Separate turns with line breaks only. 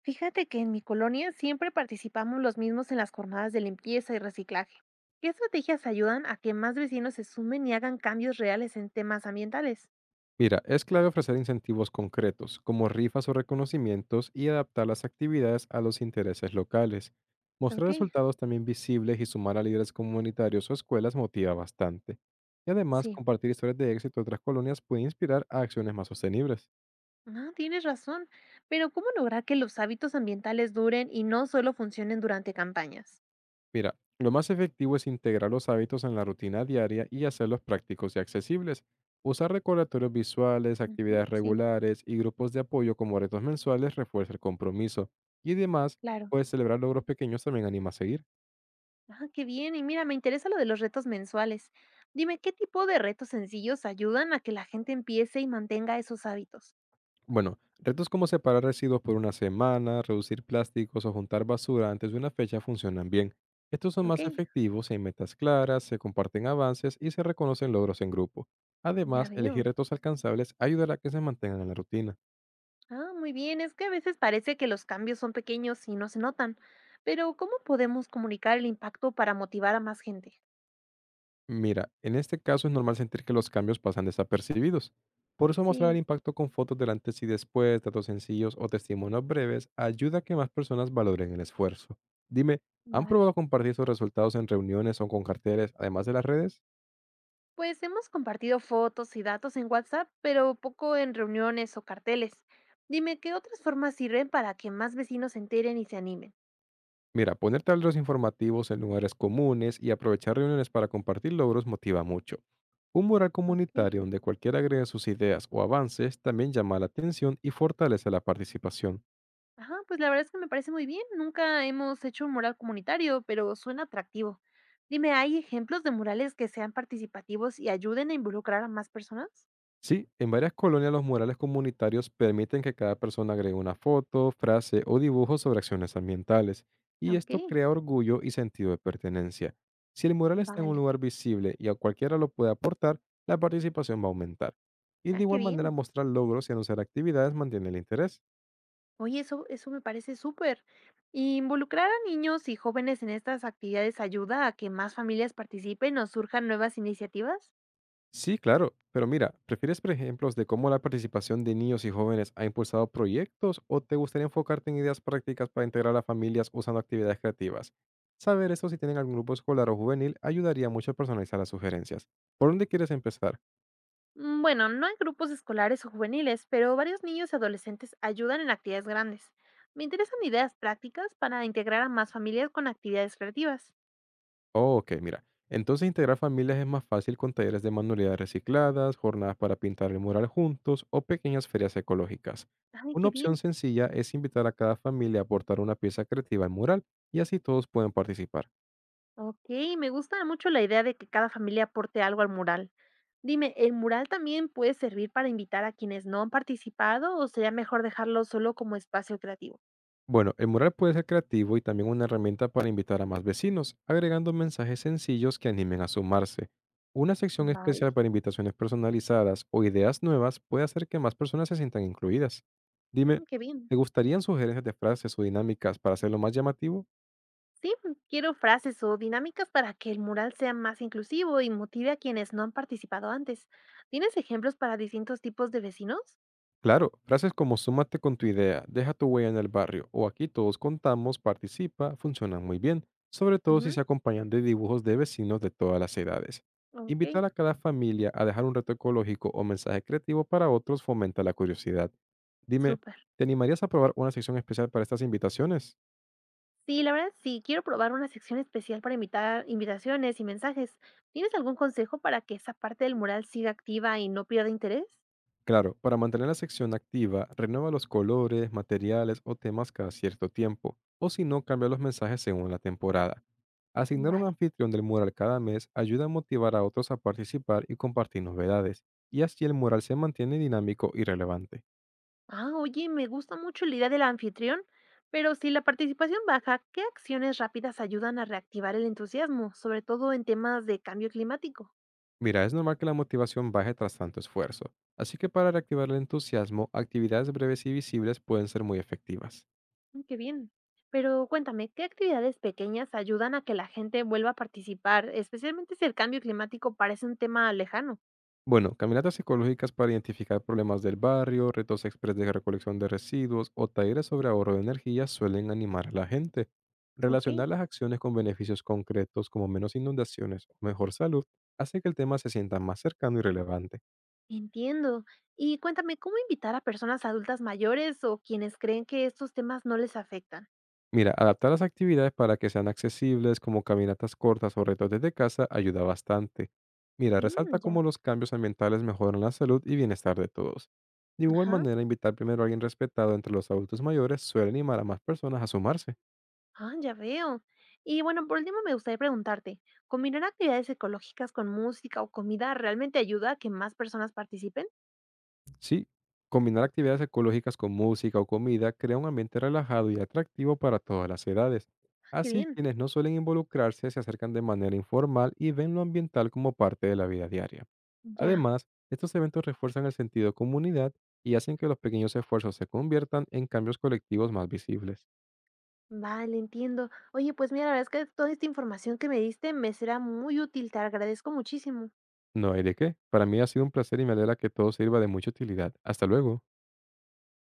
Fíjate que en mi colonia siempre participamos los mismos en las jornadas de limpieza y reciclaje. ¿Qué estrategias ayudan a que más vecinos se sumen y hagan cambios reales en temas ambientales?
Mira, es clave ofrecer incentivos concretos, como rifas o reconocimientos, y adaptar las actividades a los intereses locales. Mostrar
Ok,
resultados también visibles y sumar a líderes comunitarios o escuelas motiva bastante. Y además,
sí.
compartir historias de éxito de otras colonias puede inspirar a acciones más sostenibles.
Ah, tienes razón. Pero ¿cómo lograr que los hábitos ambientales duren y no solo funcionen durante campañas?
Mira, lo más efectivo es integrar los hábitos en la rutina diaria y hacerlos prácticos y accesibles. Usar recordatorios visuales,
Ujú,
actividades
sí,
regulares y grupos de apoyo como retos mensuales refuerza el compromiso. Y además,
claro.
puedes celebrar logros pequeños también anima a seguir.
Ah, qué bien. Y mira, me interesa lo de los retos mensuales. Dime, ¿qué tipo de retos sencillos ayudan a que la gente empiece y mantenga esos hábitos?
Bueno, retos como separar residuos por una semana, reducir plásticos o juntar basura antes de una fecha funcionan bien. Estos son
Ok,
más efectivos si hay metas claras, se comparten avances y se reconocen logros en grupo.
ya
Además, elegir
veo.
retos alcanzables ayudará a que se mantengan en la rutina.
Ah, muy bien, es que a veces parece que los cambios son pequeños y no se notan, pero ¿cómo podemos comunicar el impacto para motivar a más gente?
Mira, en este caso es normal sentir que los cambios pasan desapercibidos. Por eso mostrar el
Sí,
impacto con fotos del antes y después, datos sencillos o testimonios breves ayuda a que más personas valoren el esfuerzo. Dime, ¿han
vale.
probado compartir sus resultados en reuniones o con carteles, además de las redes?
Pues hemos compartido fotos y datos en WhatsApp, pero poco en reuniones o carteles. Dime, ¿qué otras formas sirven para que más vecinos se enteren y se animen?
Mira, poner tableros informativos en lugares comunes y aprovechar reuniones para compartir logros motiva mucho. Un mural
Ok.
comunitario donde cualquiera agregue sus ideas o avances también llama la atención y fortalece la participación.
Ajá, pues la verdad es que me parece muy bien. Nunca hemos hecho un mural comunitario, pero suena atractivo. Dime, ¿hay ejemplos de murales que sean participativos y ayuden a involucrar a más personas?
Sí, en varias colonias los murales comunitarios permiten que cada persona agregue una foto, frase o dibujo sobre acciones ambientales, y
Ok.
esto crea orgullo y sentido de pertenencia. Si el mural está en un
Vale.
lugar visible y a cualquiera lo puede aportar, la participación va a aumentar. Y de
Ah, qué
igual manera
bien.
mostrar logros y anunciar actividades mantiene el interés.
Oye, eso me parece súper. Y involucrar a niños y jóvenes en estas actividades ayuda a que más familias participen o surjan nuevas iniciativas.
Sí, claro, pero mira, ¿prefieres por ejemplos de cómo la participación de niños y jóvenes ha impulsado proyectos o te gustaría enfocarte en ideas prácticas para integrar a familias usando actividades creativas? Saber eso si tienen algún grupo escolar o juvenil ayudaría mucho a personalizar las sugerencias. ¿Por dónde quieres empezar?
Mm, bueno, no en grupos escolares o juveniles, pero varios niños y adolescentes ayudan en actividades grandes. Me interesan ideas prácticas para integrar a más familias con actividades creativas.
Oh, ok, mira. Entonces integrar familias es más fácil con talleres de manualidades recicladas, jornadas para pintar el mural juntos o pequeñas ferias ecológicas.
Ay,
Una
qué
opción
bien.
sencilla es invitar a cada familia a aportar una pieza creativa al mural y así todos pueden participar.
Okey, me gusta mucho la idea de que cada familia aporte algo al mural. Dime, ¿el mural también puede servir para invitar a quienes no han participado o sería mejor dejarlo solo como espacio creativo?
Bueno, el mural puede ser creativo y también una herramienta para invitar a más vecinos, agregando mensajes sencillos que animen a sumarse. Una sección
Vale.
especial para invitaciones personalizadas o ideas nuevas puede hacer que más personas se sientan incluidas. Dime,
Mm, qué bien.
¿te gustarían sugerencias de frases o dinámicas para hacerlo más llamativo?
Sí, quiero frases o dinámicas para que el mural sea más inclusivo y motive a quienes no han participado antes. ¿Tienes ejemplos para distintos tipos de vecinos?
Claro, frases como súmate con tu idea, deja tu huella en el barrio o aquí todos contamos, participa, funcionan muy bien, sobre todo si
Ujú,
se acompañan de dibujos de vecinos de todas las edades. Invitar
okey,
a cada familia a dejar un reto ecológico o mensaje creativo para otros fomenta la curiosidad. Dime,
súper.
¿te animarías a probar una sección especial para estas invitaciones?
Sí, la verdad sí, quiero probar una sección especial para invitar invitaciones y mensajes. ¿Tienes algún consejo para que esa parte del mural siga activa y no pierda interés?
Claro, para mantener la sección activa, renueva los colores, materiales o temas cada cierto tiempo, o si no, cambia los mensajes según la temporada. Asignar un
Vale.
anfitrión del mural cada mes ayuda a motivar a otros a participar y compartir novedades, y así el mural se mantiene dinámico y relevante.
Ah, oye, me gusta mucho la idea del anfitrión, pero si la participación baja, ¿qué acciones rápidas ayudan a reactivar el entusiasmo, sobre todo en temas de cambio climático?
Mira, es normal que la motivación baje tras tanto esfuerzo, así que para reactivar el entusiasmo, actividades breves y visibles pueden ser muy efectivas.
Mm, qué bien. Pero cuéntame, ¿qué actividades pequeñas ayudan a que la gente vuelva a participar, especialmente si el cambio climático parece un tema lejano?
Bueno, caminatas ecológicas para identificar problemas del barrio, retos express de recolección de residuos o talleres sobre ahorro de energía suelen animar a la gente.
Ok.
Relacionar las acciones con beneficios concretos como menos inundaciones o mejor salud hace que el tema se sienta más cercano y relevante.
Entiendo. Y cuéntame, ¿cómo invitar a personas adultas mayores o quienes creen que estos temas no les afectan?
Mira, adaptar las actividades para que sean accesibles, como caminatas cortas o retos desde casa, ayuda bastante. Mira, resalta
Mm, ya.
cómo los cambios ambientales mejoran la salud y bienestar de todos. De igual
Ajá.
manera, invitar primero a alguien respetado entre los adultos mayores suele animar a más personas a sumarse.
Ah, ya veo. Y bueno, por último me gustaría preguntarte, ¿combinar actividades ecológicas con música o comida realmente ayuda a que más personas participen?
Sí, combinar actividades ecológicas con música o comida crea un ambiente relajado y atractivo para todas las edades.
Ah, qué
Así,
bien.
quienes no suelen involucrarse se acercan de manera informal y ven lo ambiental como parte de la vida diaria.
Ya.
Además, estos eventos refuerzan el sentido de comunidad y hacen que los pequeños esfuerzos se conviertan en cambios colectivos más visibles.
Vale, entiendo. Oye, pues mira, la verdad es que toda esta información que me diste me será muy útil. Te agradezco muchísimo.
No hay de qué. Para mí ha sido un placer y me alegra que todo sirva de mucha utilidad. Hasta luego.